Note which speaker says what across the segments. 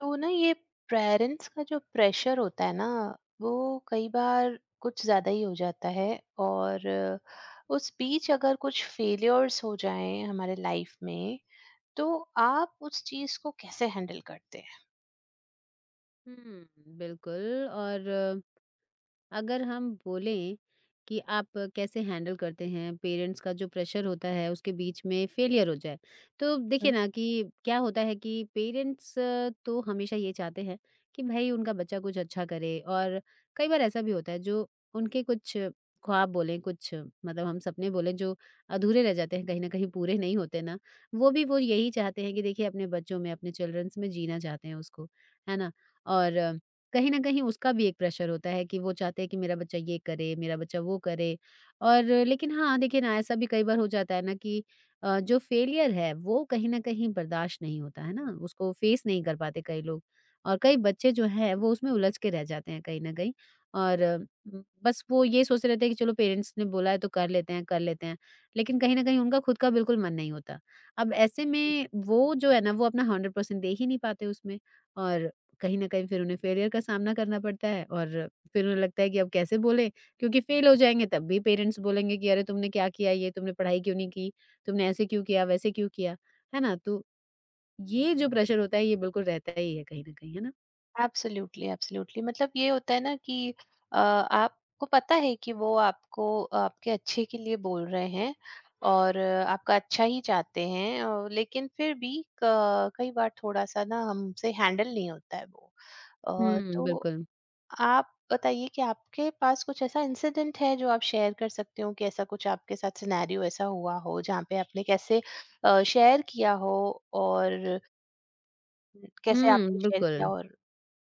Speaker 1: तो ना ये पेरेंट्स का जो प्रेशर होता है ना, वो कई बार कुछ ज़्यादा ही हो जाता है। और उस बीच अगर कुछ फेलियर्स हो जाएं हमारे लाइफ में, तो आप उस चीज़ को कैसे हैंडल करते
Speaker 2: हुँ, बिल्कुल और अगर हम बोलें कि आप कैसे हैंडल करते हैं पेरेंट्स का जो प्रेशर होता है उसके बीच में फेलियर हो जाए। तो देखिए
Speaker 1: हैं?
Speaker 2: ना कि क्या होता है कि पेरेंट्स तो हमेशा ये चाहते हैं कि भई उनका बच्चा कुछ अच्छा करे। और कई बार ऐसा भी होता है जो उनके कुछ ख्वाब बोलें, कुछ मतलब हम सपने बोलें जो अधूरे रह जाते हैं, कहीं न कहीं पूरे नहीं होते ना, वो भी वो यही चाहते हैं कि देखिए अपने बच्चों में, अपने चिल्ड्रंस में जीना चाहते हैं उसको, है ना? और कहीं न कहीं उसका भी एक प्रेशर होता है कि वो चाहते हैं कि मेरा बच्चा ये करे, मेरा बच्चा वो करे। और लेकिन हाँ, देखिए ना ऐसा भी कई बार हो जाता है ना कि जो फेलियर है वो कहीं न कहीं बर्दाश्त नहीं होता, है ना? उसको फेस नहीं कर पाते कई लोग। और कई बच्चे जो हैं वो उसमें उलझ के रह जाते हैं कहीं न कहीं। और बस वो ये सोचते रहते हैं कि चलो पेरेंट्स ने बोला है तो कर लेते हैं, कर लेते हैं। लेकिन कहीं न कहीं उनका खुद का बिल्कुल मन नहीं होता। अब ऐसे में वो जो है ना वो अपना 100% दे ही नहीं पाते उसमें। और कहीं न कहीं फिर उन्हें फेलियर का सामना करना पड़ता है। और फिर उन्हें लगता है कि अब कैसे बोलें? क्योंकि फेल हो जाएँगे तब भी पेरेंट्स बोलेंगे कि अरे तुमने क्या किया ये? तुमने पढ़ाई क्यों नहीं की? तुमने ऐसे क्यों किया? वैसे क्यों किया? है ना? तो ये जो प्रेशर होता है ये बिल्कुल रहता ही है कहीं न कहीं, है ना?
Speaker 1: एब्सोल्युटली एब्सोल्युटली, मतलब ये होता है ना कि आपको पता है कि वो आपको आपके अच्छे के लिए बोल रहे हैं और आपका अच्छा ही चाहते हैं। और लेकिन फिर भी कई बार थोड़ा सा ना हमसे हैंडल नहीं होता है वो।
Speaker 2: हुँ,
Speaker 1: तो
Speaker 2: बिल्कुल।
Speaker 1: आप बताइए कि आपके पास कुछ ऐसा इंसिडेंट है जो आप शेयर कर सकते हो कि ऐसा कुछ आपके साथ सिनेरियो ऐसा हुआ हो, जहाँ पे आपने कैसे शेयर किया हो और कैसे आपने
Speaker 2: हुँ,
Speaker 1: शेयर
Speaker 2: बिल्कुल।
Speaker 1: किया और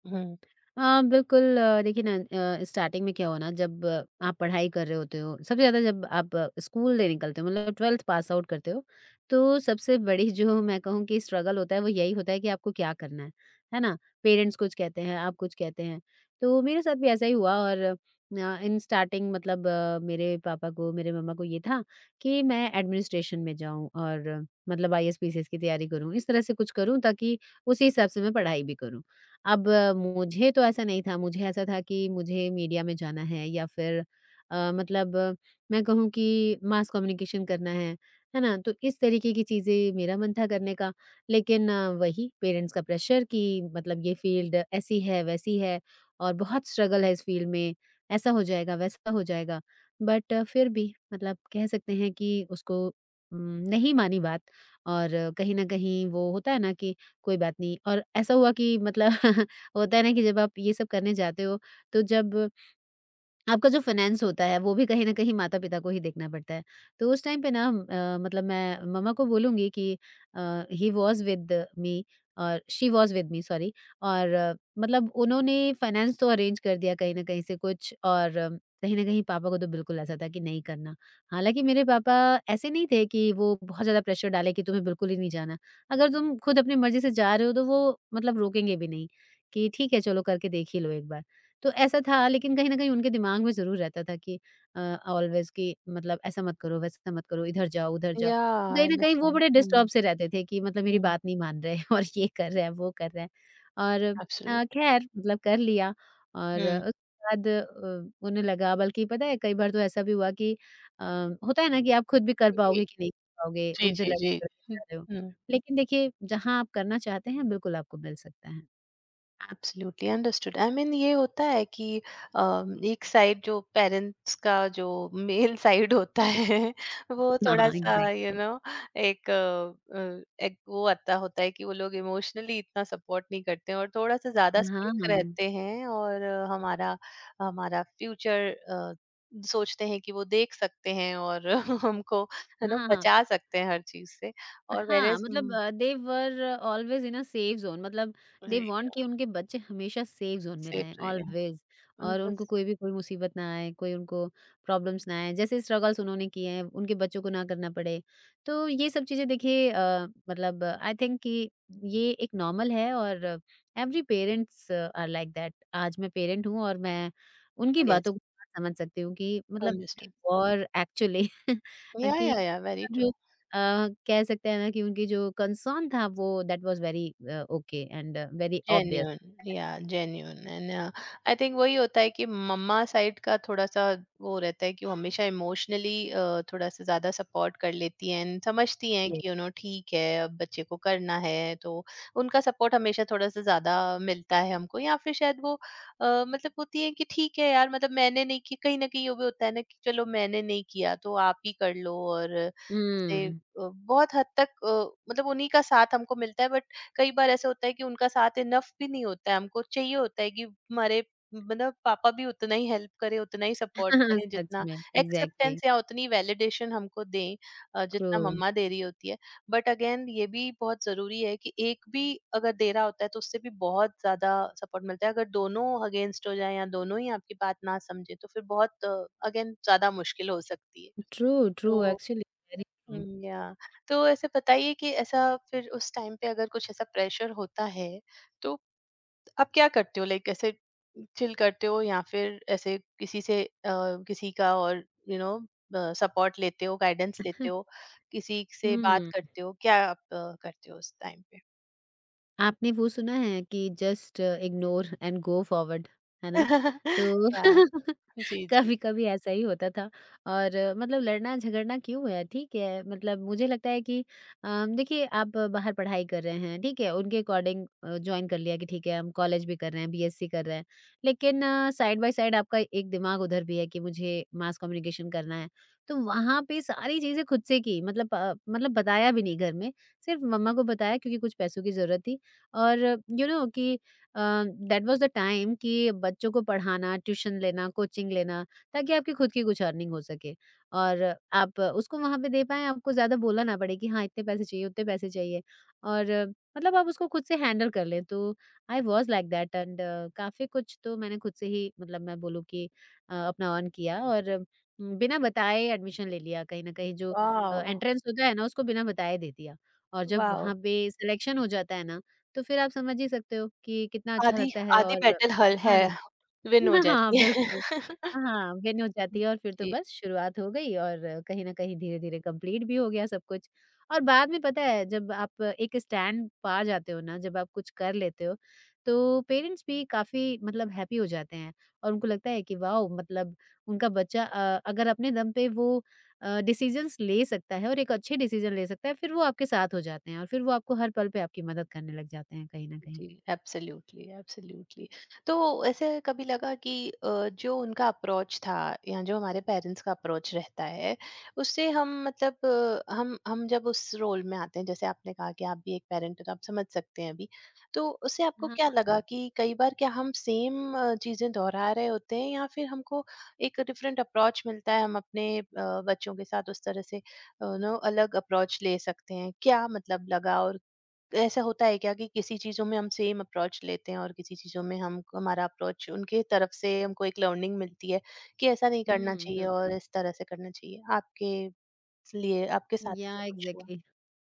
Speaker 1: हम्म।
Speaker 2: हाँ, बिल्कुल देखिए ना स्टार्टिंग में क्या हो ना जब आप पढ़ाई कर रहे होते हो सबसे ज़्यादा जब आप स्कूल से निकलते हो मतलब 12th पास आउट करते हो। तो सबसे बड़ी जो मैं कहूँ कि स्ट्रगल होता है वो यही होता है कि आपको क्या करना है ना? पेरेंट्स कुछ कहते हैं, आप कुछ कहते हैं। तो मेरे साथ भी ऐसा ही हुआ। और इन स्टार्टिंग मतलब मेरे पापा को मेरे मम्मा को ये था कि मैं एडमिनिस्ट्रेशन में जाऊँ। और मतलब आईएएस, पीसीएस की तैयारी करूँ। इस तरह से कुछ करूँ ताकि उसी हिसाब से मैं पढ़ाई भी करूँ। अब मुझे तो ऐसा नहीं था, मुझे ऐसा था कि मुझे मीडिया में जाना है या फिर अ, मतलब अ, मैं कहूँ कि मास कम्युनिकेशन करना है ना? तो इस तरीके की चीज़ें मेरा मन था करने का। लेकिन वही पेरेंट्स का प्रेशर कि मतलब ये फ़ील्ड ऐसी है, वैसी है और बहुत स्ट्रगल है इस फ़ील्ड में, ऐसा हो जाएगा, वैसा हो जाएगा। बट फिर भी मतलब कह सकते हैं कि उसको उम, नहीं मानी बात। और कहीं न कहीं वो होता है ना कि कोई बात नहीं। और ऐसा हुआ कि मतलब होता है ना कि जब आप ये सब करने जाते हो तो जब आपका जो फाइनेंस होता है वो भी कहीं न कहीं माता-पिता को ही देखना पड़ता है। तो उस टाइम पे ना मतलब मैं मम्मा को बोलूँगी कि ही वाज़ विद मी और she was with me, sorry. और मतलब उन्होंने फाइनेंस तो अरेंज कर दिया कहीं न कहीं से कुछ। और कहीं न कहीं पापा को तो बिल्कुल ऐसा था कि नहीं करना। हालाँकि मेरे पापा ऐसे नहीं थे कि वो बहुत ज़्यादा प्रेशर डालें कि तुम्हें बिल्कुल ही नहीं जाना। अगर तुम खुद अपनी मर्ज़ी से जा रहे हो तो वो मतलब रोकेंगे भी नहीं कि ठीक है चलो करके देख ही लो एक बार। तो ऐसा था लेकिन कहीं न कहीं उनके दिमाग में ज़रूर रहता था कि ऑलवेज़ कि मतलब ऐसा मत करो, वैसा मत करो, इधर जाओ, उधर जाओ।
Speaker 1: Yeah,
Speaker 2: तो
Speaker 1: I
Speaker 2: कहीं न कहीं वो
Speaker 1: understand.
Speaker 2: बड़े डिस्टर्ब
Speaker 1: Mm,
Speaker 2: से रहते थे कि मतलब मेरी
Speaker 1: mm,
Speaker 2: बात नहीं मान रहे और ये कर रहे हैं, वो कर रहे हैं। और
Speaker 1: absolute.
Speaker 2: ख़ैर मतलब कर लिया। और
Speaker 1: हुँ।
Speaker 2: उसके बाद उन्हें लगा बल्कि पता है कई बार तो ऐसा भी हुआ कि होता है ना कि आप खुद भी कर
Speaker 1: जी,
Speaker 2: पाओगे कि नहीं कर पाओगे,
Speaker 1: जी,
Speaker 2: उनसे
Speaker 1: जी, जी।
Speaker 2: लड़के-लड़के
Speaker 1: हुँ,
Speaker 2: जा रहे हो। लेकिन देखिए जहाँ आप करना चाहते हैं बिल्कुल आपको मिल सकता है।
Speaker 1: Absolutely understood. आई मीन ये होता है कि एक साइड जो पेरेंट्स का जो मेल साइड होता है वो
Speaker 2: हाँ,
Speaker 1: थोड़ा
Speaker 2: हाँ,
Speaker 1: सा यू you
Speaker 2: एग्ज़ैक्टली।
Speaker 1: नो एक, एक वो आता होता है कि वो लोग इमोशनली इतना सपोर्ट नहीं करते हैं और थोड़ा सा ज्यादा
Speaker 2: हाँ,
Speaker 1: स्ट्रिक्ट
Speaker 2: हाँ।
Speaker 1: रहते हैं। और हमारा हमारा फ्यूचर सोचते हैं कि वो देख सकते हैं और हमको, है ना,
Speaker 2: हाँ, हाँ।
Speaker 1: बचा सकते हैं हर चीज से। और
Speaker 2: हाँ,
Speaker 1: वेरेज
Speaker 2: मतलब they were always in a safe zone मतलब दे वांट कि उनके बच्चे हमेशा सेफ ज़ोन में
Speaker 1: सेफ
Speaker 2: रहें
Speaker 1: रहे हैं
Speaker 2: ऑलवेज़। और
Speaker 1: उनको।
Speaker 2: उनको कोई भी कोई मुसीबत ना आए, कोई उनको प्रॉब्लम्स ना आएँ, जैसे स्ट्रगल्स उन्होंने किए हैं, उनके बच्चों को ना करना पड़े। तो ये सब चीज़ें देखिए मतलब आई थिंक कि ये एक नॉर्मल है। और every parents are like that. आज मैं पेरेंट हूँ और मैं उनकी
Speaker 1: यस
Speaker 2: बातों को समझ सकती हूँ कि मतलब दे
Speaker 1: अंडरस्टूड,
Speaker 2: वॉर एक्चुअली कि
Speaker 1: या वेरी ट्रू।
Speaker 2: अ, कह सकते हैं ना कि उनकी जो कंसर्न था वो that was very okay and very obvious.
Speaker 1: Genuine, या जेन्यून एंड आई थिंक वही होता है कि मम्मा साइड का थोड़ा सा वो रहता है कि वो हमेशा इमोशनली थोड़ा सा ज्यादा सपोर्ट कर लेती हैं and समझती हैं
Speaker 2: Yes.
Speaker 1: कि यू नो ठीक है अब बच्चे को करना है, तो उनका सपोर्ट हमेशा थोड़ा सा ज्यादा मिलता है हमको। या फिर शायद वो मतलब होती है कि ठीक है यार, मतलब मैंने नहीं किया, कहीं ना कहीं वो भी होता है ना कि चलो मैंने नहीं किया तो आप ही कर लो। और जैसे
Speaker 2: हुँ।
Speaker 1: बहुत हद तक मतलब उन्हीं का साथ हमको मिलता है, बट कई बार ऐसा होता है कि उनका साथ इनफ भी नहीं होता है। हमको चाहिए होता है कि हमारे मतलब पापा भी उतना ही हेल्प करें, उतना ही सपोर्ट करें,
Speaker 2: सच
Speaker 1: जितना
Speaker 2: में, एग्ज़ैक्टली।
Speaker 1: एक्सेप्टेंस या उतनी वैलिडेशन हमको दें,
Speaker 2: ट्रू,
Speaker 1: जितना मम्मा दे रही होती है। बट अगेन ये भी बहुत ज़रूरी है कि एक भी अगर दे रहा होता है तो उससे भी बहुत ज़्यादा सपोर्ट मिलता है। अगर दोनों अगेंस्ट हो जाएँ या दोनों ही आपकी बात ना समझे तो फिर बहुत अगेन ज़्यादा मुश्किल हो सकती है।
Speaker 2: ट्रू, ट्रू
Speaker 1: तो
Speaker 2: एक्चुअली वेरी
Speaker 1: हुँ,
Speaker 2: ट्रू।
Speaker 1: या तो ऐसे बताइए कि ऐसा फिर उस टाइम पे अगर कुछ ऐसा प्रेशर होता है, तो आप क्या करते हो? लाइक ऐसे चिल करते हो या फिर ऐसे किसी से किसी का और यू नो सपोर्ट लेते हो, गाइडेंस लेते हो, किसी से बात
Speaker 2: हुँ,
Speaker 1: करते हो? क्या आप करते हो उस टाइम पे?
Speaker 2: आपने वो सुना है कि just ignore and go forward, है ना? तो
Speaker 1: या जी, जी।
Speaker 2: कभी-कभी ऐसा ही होता था। और मतलब लड़ना झगड़ना क्यों है, ठीक है। मतलब मुझे लगता है कि देखिए आप बाहर पढ़ाई कर रहे हैं, ठीक है, उनके अकॉर्डिंग जॉइन कर लिया कि ठीक है हम कॉलेज भी कर रहे हैं, बीएससी कर रहे हैं। लेकिन साइड बाय साइड आपका एक दिमाग उधर भी है कि मुझे मास कम्युनिकेशन करना है। तो वहाँ पे सारी चीज़ें खुद से की मतलब प मतलब बताया भी नहीं घर में, सिर्फ मम्मा को बताया क्योंकि कुछ पैसों की ज़रूरत थी। और यू नो कि दैट वाज द टाइम कि बच्चों को पढ़ाना, ट्यूशन लेना, कोचिंग लेना ताकि आपकी खुद की कुछ अर्निंग हो सके और आप उसको वहाँ पे दे पाएँ, आपको ज़्यादा बोलना ना पड़े कि हाँ, इतने पैसे चाहिए, उतने पैसे चाहिए। और मतलब आप उसको खुद से हैंडल कर लें। तो I was like that and काफ़ी कुछ तो मैंने खुद से ही मतलब मैं बोलूँ कि अपना अर्न किया। और बिना बताए एडमिशन ले लिया कहीं न कहीं जो
Speaker 1: वॉव!
Speaker 2: एंट्रेंस होता है ना उसको बिना बताए दे दिया। और जब
Speaker 1: वॉव!
Speaker 2: वहाँ पे सिलेक्शन हो जाता है ना तो फिर आप समझ ही सकते हो कि कितना अच्छा
Speaker 1: आधी
Speaker 2: लगता है।
Speaker 1: आधी
Speaker 2: और
Speaker 1: बैटल हल है,
Speaker 2: है ना?
Speaker 1: विन हो
Speaker 2: हाँ,
Speaker 1: जाती है।
Speaker 2: बिल्कुल। हाँ, विन हो जाती है और फिर तो
Speaker 1: जी।
Speaker 2: बस शुरुआत हो गई और कहीं न कहीं धीरे-धीरे कंप्लीट भी हो गया सब कुछ। और बाद में पता है जब आप एक स्टैंड पा जाते हो ना, जब आप कुछ कर लेते हो, तो पेरेंट्स भी काफ़ी मतलब हैप्पी हो जाते हैं। और उनको लगता है कि वाओ! मतलब उनका बच्चा अगर अपने दम पे वो डिसीज़न्स ले सकता है और एक अच्छे डिसीज़न ले सकता है, फिर वो आपके साथ हो जाते हैं और फिर वो आपको हर पल पे आपकी मदद करने लग जाते हैं कहीं न कहीं।
Speaker 1: जी, एब्सोल्युटली एब्सोल्युटली। तो ऐसे कभी लगा कि जो उनका अप्रोच था या जो हमारे पेरेंट्स का अप्रोच रहता है, उससे हम मतलब हम जब उस रोल में आते हैं, जैसे आपने कहा कि आप भी एक पेरेंट हो तो आप समझ सकते हैं अभी, तो उससे आपको क्या
Speaker 2: हाँ,
Speaker 1: लगा कि कई बार क्या हम सेम चीजें दोहरा रहे होते हैं या फिर हमको एक डिफरेंट अप्रोच मिलता है? हम अपने बच्चों के साथ उस तरह से नो अलग अप्रोच ले सकते हैं क्या, मतलब लगा? और ऐसा होता है क्या कि किसी चीज़ों में हम सेम अप्रोच लेते हैं और किसी चीज़ों में हम हमारा अप्रोच उनके तरफ से हमको एक लर्निंग मिलती है कि ऐसा नहीं जी करना
Speaker 2: हुँ,
Speaker 1: चाहिए
Speaker 2: बिल्कुल।
Speaker 1: और इस तरह से करना चाहिए, आपके लिए आपके साथ ऐसा
Speaker 2: या,
Speaker 1: कुछ हुआ?
Speaker 2: एग्ज़ैक्टली।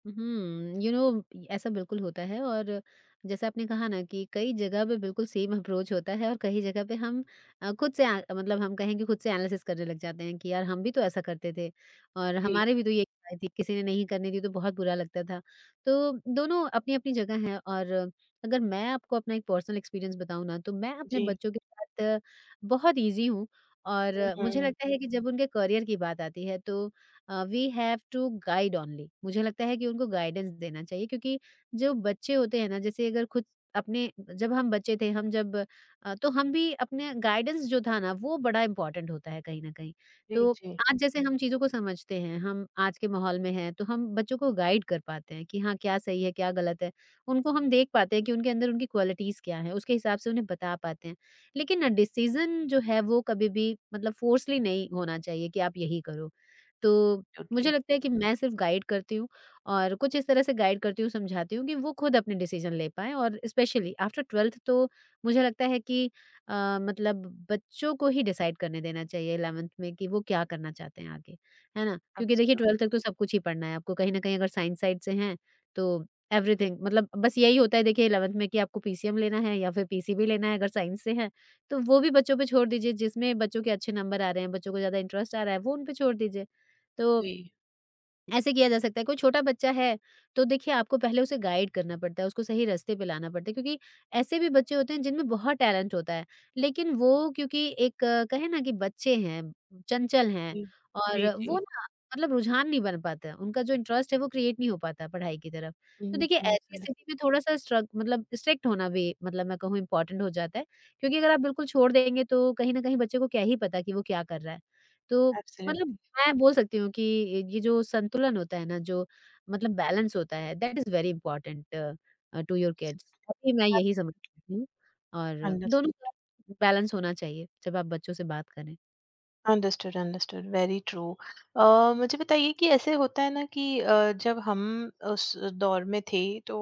Speaker 2: हुँ, यू नो ऐसा बिल्कुल होता है। और जैसे आपने कहा ना कि कई जगह पे बिल्कुल सेम अप्रोच होता है और कई जगह पे हम खुद से मतलब हम कहें कि खुद से एनालिसिस करने लग जाते हैं कि यार हम भी तो ऐसा करते थे और
Speaker 1: जी
Speaker 2: हमारे भी तो ये आई थी, किसी ने नहीं करने दी तो बहुत बुरा लगता था। तो दोनों अपनी-अपनी जगह है। और अगर मैं आपको अपना एक पर्सनल एक्सपीरियंस बताऊँ ना तो मैं अपने
Speaker 1: जी।
Speaker 2: बच्चों के साथ बहुत ईज़ी हूँ और मुझे
Speaker 1: हम्म।
Speaker 2: लगता है कि जब उनके करियर की बात आती है तो we have to guide only. मुझे लगता है कि उनको गाइडेंस देना चाहिए क्योंकि जो बच्चे होते हैं ना जैसे अगर खुद अपने जब हम बच्चे थे हम जब तो हम भी अपने गाइडेंस जो था ना वो बड़ा इम्पोर्टेंट होता है कहीं ना कहीं।
Speaker 1: जी
Speaker 2: तो
Speaker 1: जी।
Speaker 2: आज जैसे हम चीज़ों को समझते हैं हम आज के माहौल में हैं तो हम बच्चों को गाइड कर पाते हैं कि हाँ क्या सही है क्या गलत है उनको हम देख पाते हैं कि उनके अंदर उनकी क्वालिटीज़ क्या है उसके हिसाब से उन्हें बता पाते हैं। लेकिन डिसीजन जो है वो कभी भी मतलब फोर्सली नहीं होना चाहिए कि आप यही करो। तो मुझे
Speaker 1: टोटली।
Speaker 2: लगता है कि मैं सिर्फ गाइड करती हूँ और कुछ इस तरह से गाइड करती हूँ, समझाती हूँ कि वो खुद अपने डिसीज़न ले पाएँ और स्पेशली आफ्टर 12th तो मुझे लगता है कि मतलब बच्चों को ही डिसाइड करने देना चाहिए 11th में कि वो क्या करना चाहते हैं आगे, है ना? क्योंकि देखिए 12th
Speaker 1: एब्सोल्युटली।
Speaker 2: तक तो सब कुछ ही पढ़ना है आपको कहीं न कहीं, अगर साइंस साइड से हैं, तो एवरीथिंग मतलब बस यही होता है। देखिए 11th में, कि आपको पीसीएम लेना है या फिर पीसीबी लेना है, अगर साइंस से हैं। तो वो भी बच्चों पे छोड़ दीजिए, जिसमें बच्चों के अच्छे नंबर आ रहे हैं, बच्चों को ज़्यादा इंटरेस्ट आ रहा है, वो उन पे छोड़ दीजिए। तो
Speaker 1: जी
Speaker 2: ऐसे किया जा सकता है। कोई छोटा बच्चा है, तो देखिए आपको पहले उसे गाइड करना पड़ता है, उसको सही रास्ते पे लाना पड़ता है, क्योंकि ऐसे भी बच्चे होते हैं जिनमें बहुत टैलेंट होता है, लेकिन वो, क्योंकि एक, कहें ना कि बच्चे हैं, चंचल हैं,
Speaker 1: जी
Speaker 2: और
Speaker 1: जी जी।
Speaker 2: वो ना, मतलब रुझान नहीं बन पाता है, उनका जो इंटरेस्ट है वो क्रिएट नहीं हो पाता है पढ़ाई की तरफ। तो देखिए, ऐसी
Speaker 1: एब्सोल्युटली
Speaker 2: स्थिति में थोड़ा-सा स्ट्रक मतलब स्ट्रिक्ट होना भी, मतलब मैं कहूँ, इम्पोर्टेंट हो जाता है, क्योंकि अगर आप बिल्कुल छोड़ देंगे तो कहीं न कहीं बच्चे को क्या ही पता कि वो क्या कर रहा है। तो मतलब
Speaker 1: एब्सोल्युटली।
Speaker 2: मैं बोल सकती हूँ कि ये जो संतुलन होता है ना, जो, मतलब बैलेंस होता है, that is very important to your kids. अभी मैं यही
Speaker 1: एब्सोल्युटली
Speaker 2: समझती हूँ। और दोनों
Speaker 1: अंडरस्टूड।
Speaker 2: का बैलेंस होना चाहिए जब आप बच्चों से बात करें।
Speaker 1: Understood, understood, very true. अ, मुझे बताइए कि ऐसे होता है ना कि जब हम उस दौर में थे तो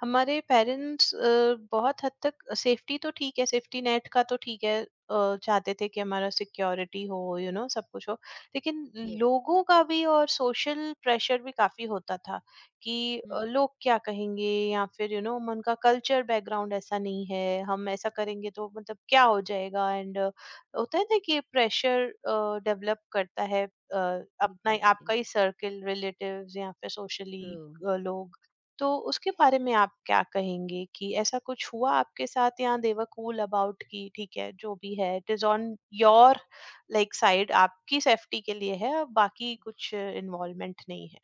Speaker 1: हमारे पेरेंट्स बहुत हद तक सेफ्टी तो ठीक है, सेफ्टी नेट का तो ठीक है, चाहते थे कि हमारा सिक्योरिटी हो, यू you नो know, सब कुछ हो। लेकिन
Speaker 2: Yes.
Speaker 1: लोगों का भी और सोशल प्रेशर भी काफ़ी होता था कि
Speaker 2: हुँ।
Speaker 1: लोग क्या कहेंगे या फिर यू नो उनका कल्चर बैकग्राउंड ऐसा नहीं है, हम ऐसा करेंगे तो मतलब क्या हो जाएगा, एंड होता है ना कि प्रेशर डेवलप करता है अपना
Speaker 2: Exactly.
Speaker 1: आपका ही सर्कल, रिलेटिव्स या फिर सोशली
Speaker 2: True.
Speaker 1: लोग। तो उसके बारे में आप क्या कहेंगे कि ऐसा कुछ हुआ आपके साथ या दे वर कूल अबाउट कि ठीक है जो भी है it is on your like side, आपकी सेफ्टी के लिए है, बाकी कुछ इन्वॉल्वमेंट नहीं है?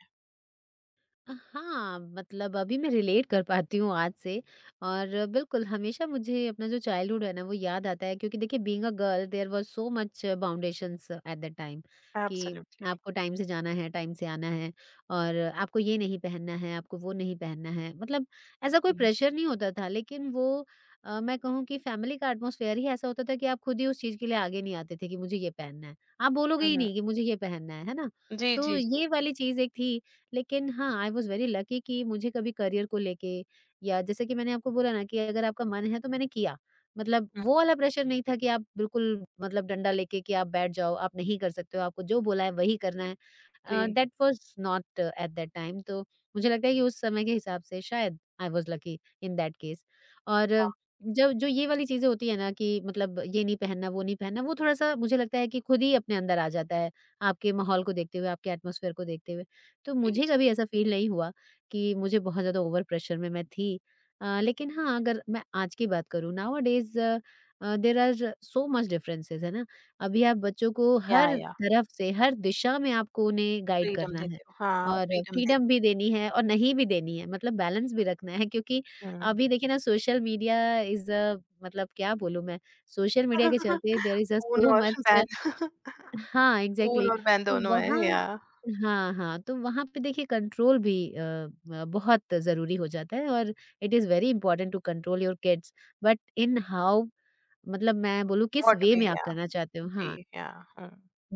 Speaker 2: हाँ, मतलब अभी मैं रिलेट कर पाती हूँ आज से और बिल्कुल, हमेशा मुझे अपना जो चाइल्डहुड है ना वो याद आता है, क्योंकि देखिए being a girl, there was so much boundations at that time, कि
Speaker 1: Absolutely.
Speaker 2: आपको टाइम से जाना है, टाइम से आना है, और आपको ये नहीं पहनना है, आपको वो नहीं पहनना है। मतलब, ऐसा कोई
Speaker 1: जी।
Speaker 2: प्रेशर नहीं होता था, लेकिन वो मैं कहूँ कि फैमिली का एटमॉस्फेयर ही ऐसा होता था कि आप खुद ही उस चीज़ के लिए आगे नहीं आते थे कि मुझे ये पहनना है। आप बोलोगे ही
Speaker 1: हम्म,
Speaker 2: नहीं कि मुझे ये पहनना है ना?
Speaker 1: जी
Speaker 2: तो
Speaker 1: जी जी।
Speaker 2: ये वाली चीज़ एक थी। लेकिन हाँ, आई वाज़ वेरी लकी कि मुझे कभी करियर को लेके, या जैसे कि मैंने आपको बोला ना, कि अगर आपका मन है तो मैंने किया। मतलब
Speaker 1: हम्म,
Speaker 2: वो वाला प्रेशर नहीं था कि आप बिल्कुल, मतलब डंडा लेके कि आप बैठ जाओ, आप नहीं कर सकते हो, आपको जो बोला है वही करना है।
Speaker 1: जी।
Speaker 2: That was not at that time. तो मुझे लगता है कि उस समय के हिसाब से शायद I was lucky in that case. और
Speaker 1: हाँ,
Speaker 2: जब जो ये वाली चीज़ें होती है ना, कि मतलब ये नहीं पहनना, वो नहीं पहनना, वो थोड़ा-सा मुझे लगता है कि खुद ही अपने अंदर आ जाता है, आपके माहौल को देखते हुए, आपके एटमॉस्फेयर को देखते हुए। तो
Speaker 1: जी
Speaker 2: मुझे
Speaker 1: जी।
Speaker 2: कभी ऐसा फ़ील नहीं हुआ कि मुझे बहुत ज़्यादा ओवर प्रेशर में मैं थी। लेकिन हाँ, अगर मैं आज की बात करूँ, nowadays there are so much differences, है ना? अभी आप बच्चों को हर
Speaker 1: या
Speaker 2: तरफ से, हर दिशा में आपको उन्हें गाइड
Speaker 1: फ्रीडम
Speaker 2: करना है,
Speaker 1: देते हो, हाँ
Speaker 2: और
Speaker 1: फ्रीडम देते
Speaker 2: फ्रीडम भी देनी है और नहीं भी देनी है, मतलब बैलेंस भी रखना है, क्योंकि
Speaker 1: हो। हम्म।
Speaker 2: अभी देखिए ना, सोशल मीडिया इज़ अ, मतलब क्या बोलूँ मैं, सोशल मीडिया के चलते देयर इज़ अ
Speaker 1: ऊन
Speaker 2: सो
Speaker 1: और
Speaker 2: मच।
Speaker 1: बैन।
Speaker 2: हाँ,
Speaker 1: ऊन
Speaker 2: एग्ज़ैक्टली।
Speaker 1: और बैन
Speaker 2: तो
Speaker 1: दोनों हैं,
Speaker 2: वहाँ,
Speaker 1: या
Speaker 2: हाँ, हाँ, तो वहाँ पे देखिए कंट्रोल भी बहुत ज़रूरी हो जाता है, और it is very important to control your kids, but in how, मतलब मैं बोलूँ किस
Speaker 1: व्हाट
Speaker 2: वे
Speaker 1: वे,
Speaker 2: में आप
Speaker 1: या
Speaker 2: करना चाहते हो,
Speaker 1: जी,
Speaker 2: हाँ,
Speaker 1: या हुँ,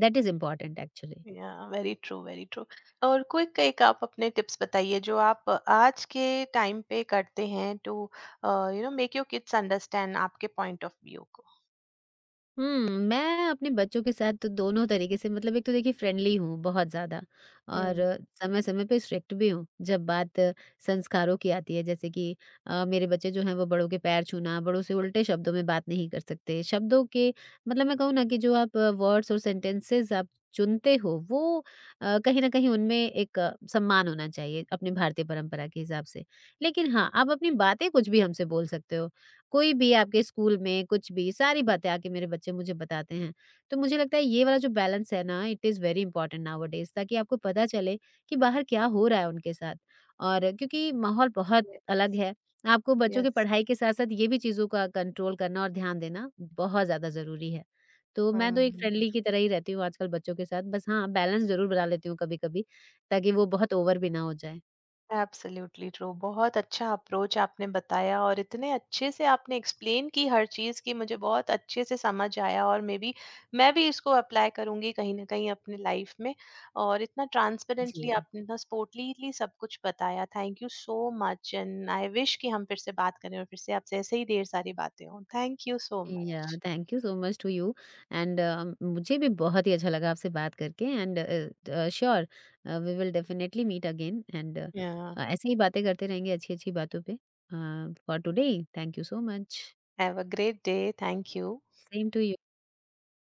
Speaker 2: दैट इज़ इम्पोर्टेंट एक्चुअली।
Speaker 1: या वेरी ट्रू, वेरी ट्रू। और क्विक एक आप अपने टिप्स बताइए जो आप आज के टाइम पे करते हैं to uh, you know make your kids understand आपके पॉइंट ऑफ व्यू को?
Speaker 2: हुँ। मैं अपने बच्चों के साथ तो दोनों तरीके से, मतलब एक तो देखिए फ्रेंडली हूँ बहुत ज़्यादा, और
Speaker 1: हुँ,
Speaker 2: समय-समय पे स्ट्रिक्ट भी हूँ, जब बात संस्कारों की आती है, जैसे कि मेरे बच्चे जो हैं वो बड़ों के पैर छूना, बड़ों से उल्टे शब्दों में बात नहीं कर सकते। शब्दों के, मतलब मैं कहूँ ना, कि जो आप वर्ड्स और सेंटेंसेस आप चुनते हो, वो कहीं न कहीं उनमें एक सम्मान होना चाहिए अपनी भारतीय परंपरा के हिसाब से। लेकिन हाँ, आप अपनी बातें कुछ भी हमसे बोल सकते हो। कोई भी आपके स्कूल में कुछ भी, सारी बातें आके मेरे बच्चे मुझे बताते हैं। तो मुझे लगता है ये वाला जो बैलेंस है ना, it is very important nowadays, ताकि आपको पता चले कि बाहर क्या हो रहा है उनके साथ। और क्योंकि माहौल बहुत अलग
Speaker 1: यस,
Speaker 2: है, आपको बच्चों की
Speaker 1: यस।
Speaker 2: पढ़ाई के साथ-साथ ये भी चीज़ों का कंट्रोल करना और ध्यान देना बहुत ज़्यादा ज़रूरी है। तो मैं तो एक
Speaker 1: हुँ।
Speaker 2: फ्रेंडली की तरह ही रहती हूँ आजकल बच्चों के साथ, बस हाँ, बैलेंस ज़रूर बना लेती हूँ कभी-कभी ताकि वो बहुत ओवर भी ना हो जाए।
Speaker 1: एब्सोल्युटली ट्रू, बहुत अच्छा अप्रोच आपने बताया और इतने अच्छे से आपने एक्सप्लेन की हर चीज़ की, मुझे बहुत अच्छे से समझ आया। और मे बी मैं भी इसको अप्लाई करूंगी कहीं ना कहीं अपने लाइफ में। और इतना
Speaker 2: जी।
Speaker 1: ट्रांसपेरेंटली आपने, इतना स्पोर्टलीली सब कुछ बताया, thank you so much. And I wish कि हम फिर से बात करें और फिर से आपसे ऐसे ही ढेर सारी बातें हों। थैंक यू सो
Speaker 2: या,
Speaker 1: much.
Speaker 2: Thank you so much to you, and मुझे भी बहुत ही अच्छा लगा आपसे बात करके। And sure, we will definitely meet again, and ऐसे ही बातें करते रहेंगे अच्छी अच्छी बातों पे। For today, thank you so much.
Speaker 1: Have a great day. Thank you.
Speaker 2: Same to you.